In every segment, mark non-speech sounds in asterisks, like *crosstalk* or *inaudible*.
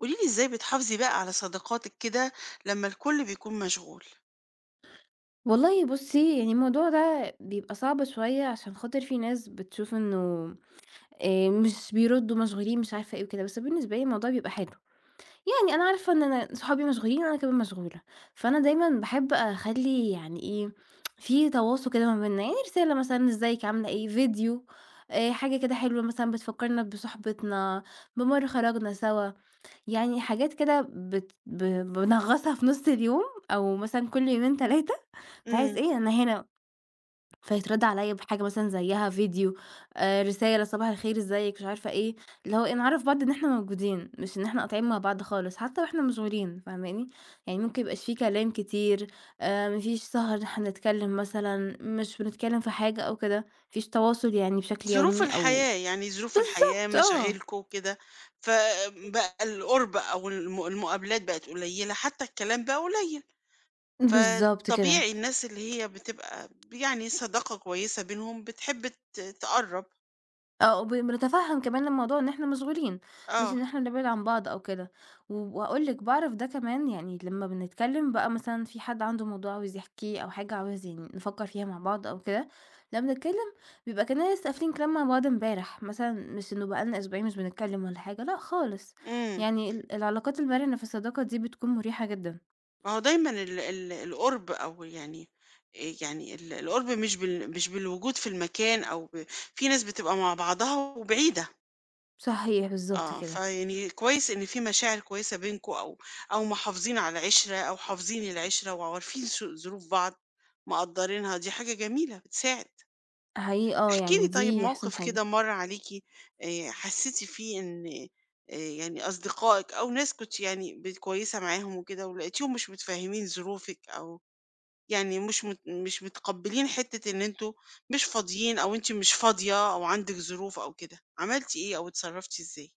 قولي لي إزاي بتحافظي بقى على صداقاتِك كده لمّا الكل بيكون مشغول؟ والله بُصّي، يعني الموضوع ده بيبقى صعب شوية عشان خاطر في ناس بتشوف إنه مش بيردّوا، مشغولين، مش عارفة إيه وكده، بس بالنسبة لي الموضوع بيبقى حلو، يعني أنا عارفة إن أنا صحابي مشغولين، أنا كمان مشغولة، فأنا دايمًا باحب أخلّي يعني إيه، في تواصل كده ما بيننا، يعني رسالة مثلًا إزيِك، عاملة إيه، فيديو، حاجة كده حلوة مثلًا بتفكّرنا بصُحبتنا، بمَرّة خرجنا سوا، يعني حاجات كده بت ب بانغّصها في نُص اليوم أو مثلًا كل يومين، 3، بحيث إمم. إيه، أنا هنا فيترد عليَّ بحاجة مثلًا زيها فيديو، رسالة صباح الخير إزيك مش عارفة إيه، اللي هو إيه نعرّف بعض إن إحنا موجودين، مش إن إحنا قاطعين مع بعض خالص، حتى وإحنا مشغولين فاهماني؟ يعني ممكن ما يبقاش في كلام كتير، ما فيش سهر إن إحنا نتكلم مثلًا، مش بنتكلم في حاجة أو كده، ما فيش تواصل يعني بشكل ظروف يومي أو. الحياة، يعني ظروف الحياة بالضبط، آه. مشاغلكم كده، فبقى القُرب أو المقابلات بقت قليلة، حتى الكلام بقى قليل، بالضبط كده. فطبيعي الناس اللي هي بتبقى يعني صداقة كويسة بينهم بتحب تقرّب، آه، بنتفهم كمان الموضوع إن إحنا مشغولين، مش آه، إن إحنا نبعد عن بعض أو كده، و وهاقول لِك باعرف ده كمان يعني لمّا بنتكلم بقى مثلًا في حد عنده موضوع عاوز يحكيه أو حاجة عاوز يعني نفكّر فيها مع بعض أو كده، لمّا بنتكلم بيبقى كأننا لسه قافلين كلام مع بعض امبارح، مثلًا مش إنه بقى لنا أسبوعين مش بنتكلم والّا حاجة، لأ خالص. إمم، يعني العلاقات المرنة في الصداقة دي بتكون مُريحة جدًا. ما هو دايمًا ال القُرب أو يعني يعني ال القُرب مش مش بالوجود في المكان أو ب، في ناس بتبقى مع بعضها وبعيدة. صحيح، بالضبط آه، كده. فيعني كويس إن في مشاعر كويسة بينكم أو أو محافظين على عِشرة أو حافظين العِشرة وعارفين شو ظروف بعض، مقدّرينها، دي حاجة جميلة بتساعد. حقيقي آه، احكي لي يعني طيب دي أحسن موقف حاجة. كده مَر عليكِ حسّيتِ فيه إن يعني أصدقائِك أو ناس كنتِ يعني ب كويسة معاهم وكده ولقيتيهم مش متفهّمين ظروفِك أو يعني مش متقبّلين حتّة إن أنتم مش فاضيين أو أنتِ مش فاضية أو عندِك ظروف أو كده، عملتِ إيه أو اتصرّفتِ إزاي؟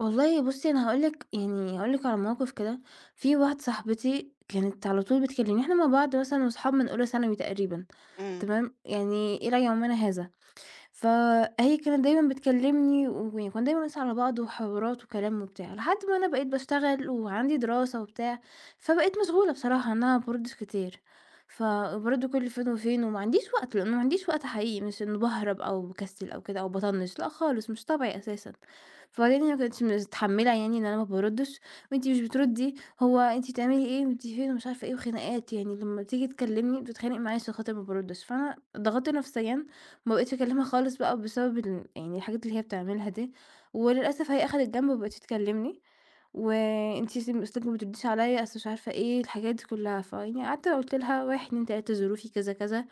والله بُصّي، أنا هاقول لِك يعني هاقول لِك على موقف كده. في واحدة صاحبتي كانت على طول بتكلمني، إحنا مع بعض مثلًا وأصحاب من أولى ثانوي تقريبا، إمم. تمام، يعني إلى يومنا هذا. فهي كانت دايمًا بتكلمني وكنا دايمًا بنسأل على بعض وحوارات وكلام وبتاع، لحد ما أنا بقيت باشتغل وعندي دراسة وبتاع، فبقيت مشغولة بصراحة إن أنا ما باردش كتير، فبارد كل فين وفين وما عنديش وقت، لإنه ما عنديش وقت حقيقي مش إنه باهرب أو باكسل أو كده أو باطنّش، لأ خالص مش طبعي أساسًا، فبعدين هي ما كانتش متحملة يعني إن أنا ما باردش، وأنتِ مش بتردي، هو أنتِ بتعملي إيه وأنتِ فين ومش عارفة إيه وخناقات، يعني لما تيجي تكلمني بتتخانق معايا عشان خاطر ما باردش، فأنا ضغطت نفسيًا ما بقيتش أكلمها خالص بقى بسبب يعني الحاجات اللي هي بتعملها دي، وللأسف هي أخدت جنب وما بقتش تكلمني، وأنتِ أصلِك ما بترديش عليَّ، أصل مش عارفة إيه، الحاجات دي كلها، فيعني قعدت قُلت لها 1، 2، 3 ظروفي كذا، كذا،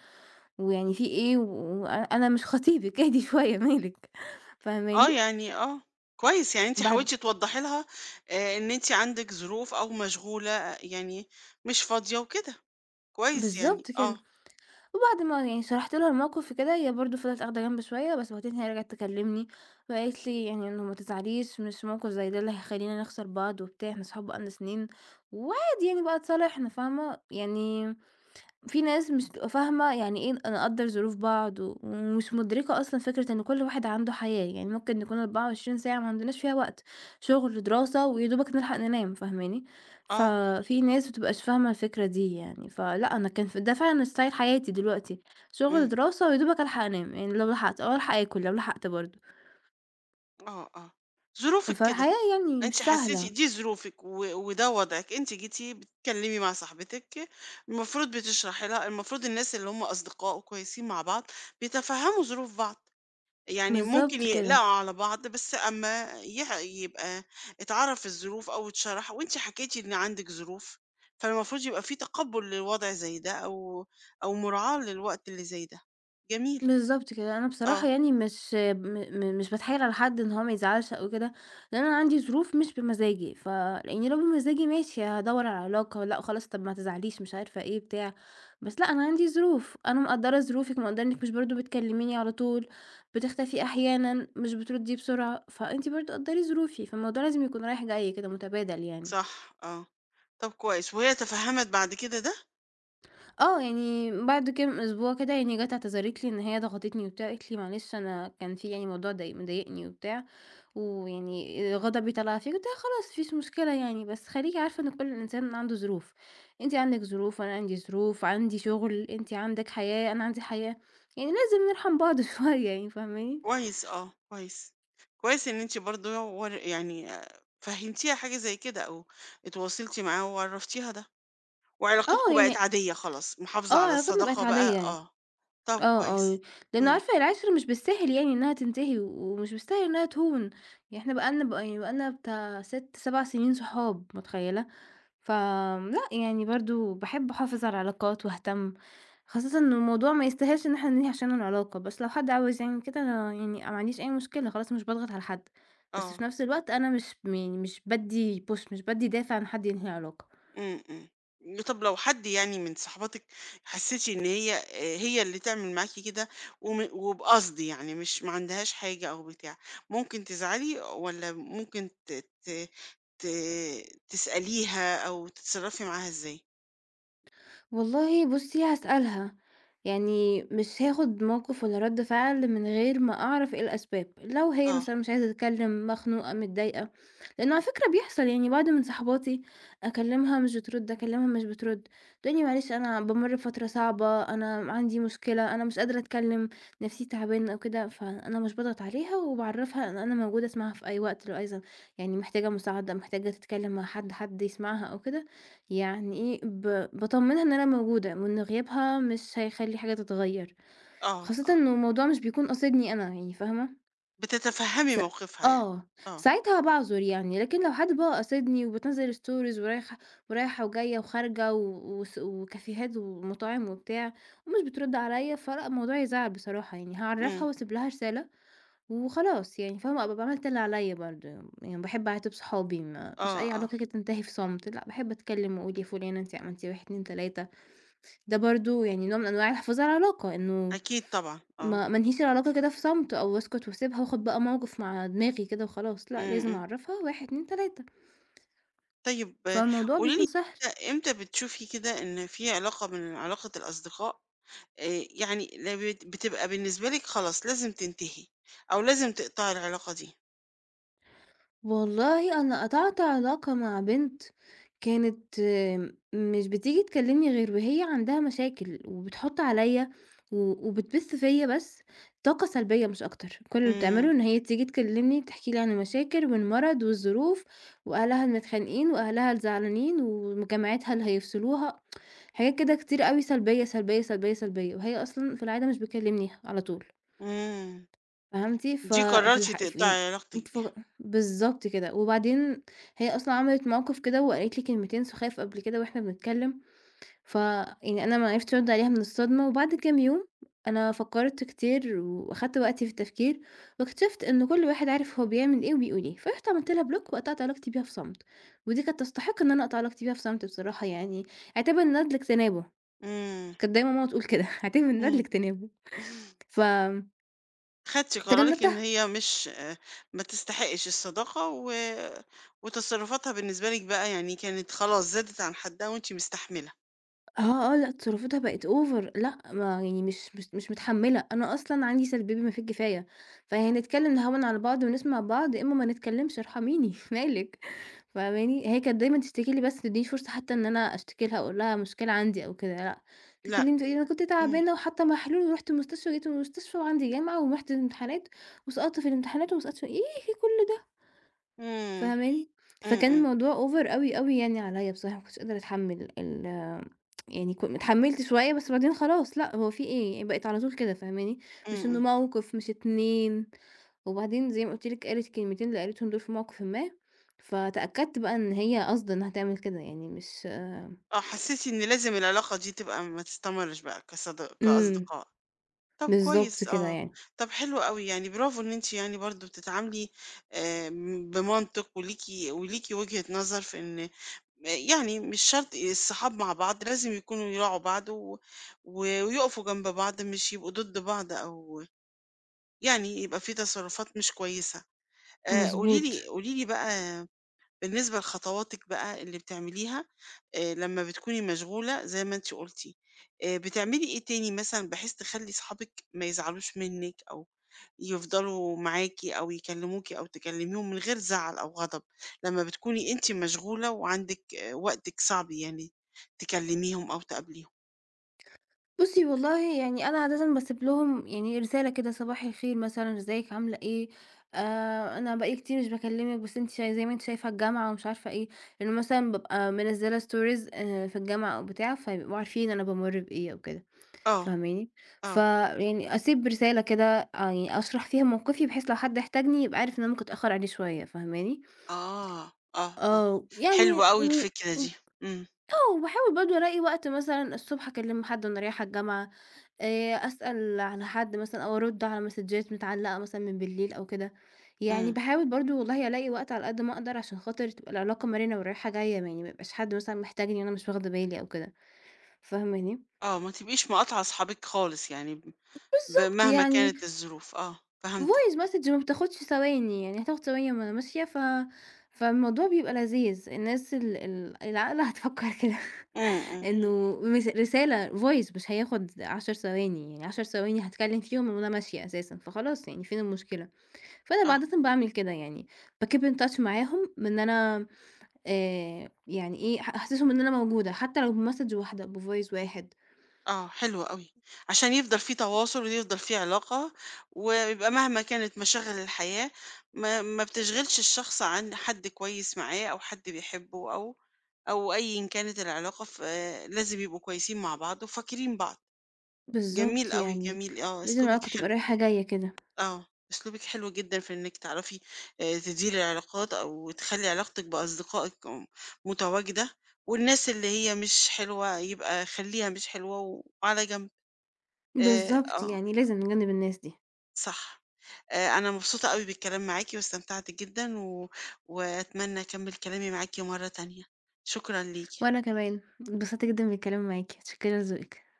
ويعني في إيه و وأنا مش خطيبِك *laughs* اهدي شوية مالِك، *laughs* آه، فاهماني؟ يعني آه، كويس، يعني أنتِ بعد. حاولتِ توضّحي لها إن أنتِ عندِك ظروف أو مشغولة آه، يعني مش فاضية وكده، كويس يعني، بالضبط كده. آه، وبعد ما يعني شرحت لها الموقف وكده، هي برضه فضلت آخدة جنب شوية، بس بعدين هي رجعت تكلمني وقالت لي يعني إنه ما تزعليش، مش موقف زي ده اللي هيخلّينا نخسر بعض وبتاع، إحنا صحاب بقى لنا سنين، وعادي يعني بقى اتصالحنا فاهمة؟ يعني في ناس مش بتبقى فاهمة يعني إيه نقدّر ظروف بعض، و ومش مُدركة أصلًا فكرة إن كل واحد عنده حياة، يعني ممكن نكون 24 ساعة ما عندناش فيها وقت، شغل، دراسة، ويا دوبك نلحق ننام فاهماني؟ آه، ففي ناس ما بتبقاش فاهمة الفكرة دي يعني، فلأ أنا كان ده فعلًا style حياتي دلوقتي، شغل، إمم، دراسة، ويا دوبك ألحق أنام، يعني لو لحقت أو ألحق آكل لو لحقت برضه، آه، آه، ظروفِك كده، فالحياة يعني أنتِ مش حسيتِ سهلة. دي ظروفِك وده وضعِك، أنتِ جيتِ بتتكلمي مع صاحبتِك، المفروض بتشرحي لها المفروض الناس اللي هم أصدقاء وكويسين مع بعض بيتفهموا ظروف بعض. يعني ممكن بالضبط يقلقوا كده. على بعض، بس أمّا يبقى اتعرف الظروف أو اتشرح وأنتِ حكيتِ إن عندِك ظروف، فالمفروض يبقى في تقبُّل للوضع زي ده أو أو مراعاة للوقت اللي زي ده. جميل، بالضبط كده، أنا بصراحة آه، يعني مش م م مش باتحايل على حد إن هو ما يزعلش أو كده، لأن أنا عندي ظروف مش بمزاجي، لإني لو بمزاجي ماشي هادوّر على علاقة، لأ خلاص طب ما تزعليش مش عارفة إيه بتاع، بس لأ أنا عندي ظروف، أنا مقدّرة ظروفِك، مقدّرة إنِّك مش برضه بتكلميني على طول، بتختفي أحيانًا، مش بتردي بسرعة، فأنتِ برضه قدّري ظروفي، فالموضوع لازم يكون رايح جاي كده متبادل يعني. صح، آه. طب كويس، وهي تفهّمت بعد كده ده؟ آه، يعني بعد كام أسبوع كده يعني جات اعتذرت لي إن هي ضغطتني وبتاع، قالت لي: "معلش أنا كان في يعني موضوع ضايق مضايقني وبتاع، ويعني غضبي طلع فيكِ." قُلت لها: "خلاص ما فيش مشكلة يعني، بس خليكِ عارفة إن كل إنسان عنده ظروف، أنتِ عندِك ظروف وأنا عندي ظروف، عندي شغل، أنتِ عندِك حياة، أنا عندي حياة، يعني لازم نرحم بعض *laughs* شوية." يعني فاهماني؟ كويس آه، كويس. كويس إن أنتِ برضه يعني آه، فهّمتيها حاجة زي كده أو اتواصلتِ معاها وعرّفتيها ده، آه، وعلاقتكم بقت يعني عادية خلاص، محافظة آه، على علاقتنا بقت الصداقة عادية بقى يعني. آه. طب آه، آه، كويس. لإنه إمم، عارفة العِشرة مش بالساهل يعني إنها تنتهي، ومش بالساهل إنها تهون، يعني إحنا بقالنا بقى لنا يعني بقى لنا بتاع 6، 7 سنين صحاب متخيّلة؟ فلأ يعني برضه باحب أحافظ على العلاقات وأهتم، خاصةً إنه الموضوع ما يستاهلش إن إحنا ننهي عشانه العلاقة، بس لو حد عاوز يعمل كده أنا يعني ما عنديش أي مشكلة، خلاص مش باضغط على حد، بس آه، في نفس الوقت أنا مش م يعني مش بادّي push مش بادّي دافع إن حد ينهي علاقة. إمم، إمم. طب لو حد يعني من صاحباتِك حسّيتِ إن هي هي اللي تعمل معاكِ كده وبقصد يعني مش ما عندهاش حاجة أو بتاع، ممكن تزعلي والّا ممكن ت ت ت تسأليها أو تتصرّفي معاها إزاي؟ والله بُصّي هاسألها، يعني مش هاخد موقف ولا رد فعل من غير ما أعرف إيه الأسباب، لو هي آه، مثلًا مش عايزة تتكلم، مخنوقة، متضايقة، لأنه على فكرة بيحصل يعني بعض من صحباتي أكلمها مش بترد، أكلمها مش بترد، تقول لي معلش أنا بامُر بفترة صعبة، أنا عندي مشكلة، أنا مش قادرة أتكلم، نفسيتي تعبانة أو كده، فأنا مش باضغط عليها وباعرّفها إن أنا موجودة أسمعها في أي وقت لو عايزة يعني محتاجة مساعدة، محتاجة تتكلم مع حد، حد يسمعها أو كده، يعني إيه، باطمّنها إن أنا موجودة، وإن غيابها مش هيخلّي حاجة تتغيّر، آه، خاصةً آه. إنه الموضوع مش بيكون قاصدني أنا يعني فاهمة؟ بتتفهّمي س موقفها يعني. آه، آه، ساعتها باعذر يعني، لكن لو حد بقى قاصدني وبتنزّل stories ورايحة ورايحة وجاية وخارجة و وكافيهات ومطاعم وبتاع، ومش بترُد عليَّ، فلأ الموضوع يزعّل بصراحة يعني، إمم، هاعرّفها وأسيب لها رسالة وخلاص يعني فاهمة، أبقى عملت اللي عليّا برضه، يعني باحب أعاتب صحابي ما مش آه، أي آه. علاقة كده تنتهي في صمت، لأ باحب أتكلم وأقول يا فلانة أنتِ عملتِ 1، 2، 3. ده برضه يعني نوع من أنواع الحفاظ على العلاقة، إنه أكيد طبعًا، آه. ما انهيش العلاقة كده في صمت أو أسكت وأسيبها وآخد بقى موقف مع دماغي كده وخلاص، لأ إمم، لازم إمم. أعرفها 1، 2، 3. طيب فالموضوع قولي لي بيكون سهل. إمتى إمتى بتشوفي كده إن في علاقة من علاقة الأصدقاء يعني لا بتبقى بالنسبة لِك خلاص لازم تنتهي أو لازم تقطعي العلاقة دي؟ والله أنا قطعت علاقة مع بنت كانت، مش بتيجي تكلمني غير وهي عندها مشاكل، وبتحط عليَّ و وبتبث فيَّ بس طاقة سلبية مش أكتر، كل اللي بتعمله إمم، إن هي تيجي تكلمني تحكي لي عن المشاكل والمرض والظروف، وأهلها المتخانقين، وأهلها الزعلانين، وجامعتها اللي هيفصلوها، حاجات كده كتير أوي سلبية، سلبية، سلبية، سلبية، وهي أصلًا في العادة مش بتكلمني على طول. إمم، فهمتِ؟ ف دي في قررتِ الح ف يعني تقطعي أنتِ علاقتِك ف بيها، بالضبط كده، وبعدين هي أصلًا عملت موقف كده وقالت لي كلمتين سخاف قبل كده وإحنا بنتكلم، ف يعني أنا ما عرفتش أرد عليها من الصدمة، وبعد كام يوم أنا فكرت كتير وأخدت وقتي في التفكير، واكتشفت إن كل واحد عارف هو بيعمل إيه وبيقول إيه، فرُحت عملت لها بلوك وقطعت علاقتي بيها في صمت، ودي كانت تستحق إن أنا أقطع علاقتي بيها في صمت بصراحة يعني، اعتبر الندل اجتنابه، إمم، كانت دايمًا ماما تقول كده *laughs* اعتبر الندل إمم، اجتنابه، فتجنبتها. خدتِ قرارِك إن هي مش ما تستحقش الصداقة وتصرفاتها بالنسبة لِك بقى يعني كانت خلاص زادت عن حدها وأنتِ مستحملة، آه، آه، لأ تصرفاتها بقت over، لأ، ما يعني مش متحمّلة، أنا أصلًا عندي سلبيّة بما فيه الكفاية، فيعني نتكلّم نهوّن على بعض ونسمع بعض، يا إمّا ما نتكلّمش ارحميني *laughs* مالِك، فاهماني؟ هي كانت دايمًا تشتكي لي بس ما تدّينيش فرصة حتى إن أنا أشتكي لها أقول لها مشكلة عندي أو كده لأ، لأ، تكلّمني تقول لي: "أنا كنت إمم، تعبانة وحاطة محلول ورُحت المستشفى وجيت من المستشفى وعندي جامعة ورُحت الامتحانات وسقطت في الامتحانات وما سقطتش" إيه في كُلّ ده، إمم، إمم، فاهماني؟ فكان إمم، الموضوع over أوي، أوي يعني عليّا بصراحة ما كنتش قادرة أتحمّل يعني اتحمّلت شوية بس بعدين خلاص لأ، هو في إيه؟ بقت على طول كده فاهماني، مش إنه إمم. موقف، مش 2، وبعدين زي ما قُلت لِك قالت الكلمتين اللي قالتهم دول في موقفٍ ما، فتأكدت بقى إن هي قاصدة إنها تعمل كده يعني مش، آه. آه، حسّسي إن لازم العلاقة دي تبقى ما تستمرش بقى إمم. كأصدقاء. طب بالضبط كويس كده آه، يعني. طب حلو أوي، يعني برافو إن أنتِ يعني برضه بتتعاملي آمم، بمنطق وليكِ وليكِ وجهة نظر في إن يعني مش شرط الصحاب مع بعض لازم يكونوا يراعوا بعض ويقفوا جنب بعض، مش يبقوا ضد بعض أو يعني يبقى في تصرفات مش كويسة. قولي مضبوط. لي قولي لي بقى بالنسبة لخطواتِك بقى اللي بتعمليها لمّا بتكوني مشغولة زي ما أنتِ قُلتِ، بتعملي إيه تاني مثلًا بحيث تخلّي صحابِك ما يزعلوش منِّك أو يفضلوا معاكِ أو يكلموكِ أو تكلميهم من غير زعل أو غضب، لمّا بتكوني أنتِ مشغولة وعندِك آه، وقتِك صعب يعني تكلميهم أو تقابليهم؟ بُصّي والله يعني أنا عادةً باسيب لهم يعني رسالة كده صباح الخير مثلًا، إزيِك عاملة إيه، أنا بقى لي كتير مش باكلمِك بس أنتِ زي ما أنتِ شايفة الجامعة ومش عارفة إيه، لإنه مثلًا بابقى منزّلة stories في الجامعة أو بتاع، فيبقوا عارفين أنا بامُر بإيه أو كده، آه، فاهماني؟ آه، فيعني أسيب رسالة كده آه يعني أشرح فيها موقفي بحيث لو حد احتاجني يبقى عارف إن أنا ممكن أتأخر عليه شوية، فاهماني؟ آه، آه، آه، آه يعني حلوة أوي و الفكرة و دي، إمم، آه وباحاول برضه ألاقي وقت مثلًا الصبح أكلم حد وأنا رايحة الجامعة. أسأل على حد مثلًا أو أرُد على مسدجات متعلّقة مثلًا من بالليل أو كده، يعني إمم، باحاول برضه والله ألاقي وقت على قد ما أقدر عشان خاطر تبقى العلاقة مرنة ورايحة جاية، يعني ما يبقاش حد مثلًا محتاجني وأنا مش واخدة بالي أو كده، فاهماني؟ آه، ما تبقيش مقاطعة صحابِك خالص يعني. ب بالضبط مهما يعني كانت الظروف، آه، فهمتِك، voice message ما بتاخدش ثواني، يعني هتاخد ثواني وأنا ماشية فالموضوع بيبقى لذيذ، الناس ال العاقلة هتفكّر كده إمم، *laughs* إمم، إنه مس رسالة voice مش هياخد 10 ثواني، يعني 10 ثواني هاتكلّم فيهم وأنا ماشية أساسًا، فخلاص يعني فين المشكلة؟ فأنا آه، عادةً باعمل كده يعني، باkeep in touch معاهم إن أنا، يعني إيه، أحسسهم إن أنا موجودة، حتى لو بmessage واحدة، بvoice واحد. آه، حلو أوي، عشان يفضل في تواصل ويفضل في علاقة، ويبقى مهما كانت مشاغل الحياة ما بتشغلش الشخص عن حد كويس معاه أو حد بيحبه أو أو أيًا كانت العلاقة، ف آه، لازم يبقوا كويسين مع بعض وفاكرين بعض، جميل بالضبط أوي، يعني، جميل، آه، لازم أسلوبِك العلاقة تبقى حلو. رايحة جاية كده. آه، أسلوبِك حلو جدًا في إنِّك تعرفي تديري العلاقات أو تخلّي علاقتِك بأصدقائِك م متواجدة، والناس اللي هي مش حلوة يبقى خلّيها مش حلوة وعلى جنب. بالضبط، آه، يعني لازم نجنّب الناس دي. صح. أنا مبسوطة أوي بالكلام معاكِ واستمتعت جدًا وأتمنى أكمّل كلامي معاكِ مرّة تانية. شكرًا ليكِ. وأنا كمان اتبسطت جدًا بالكلام معاكِ، متشكرة لذوقِك.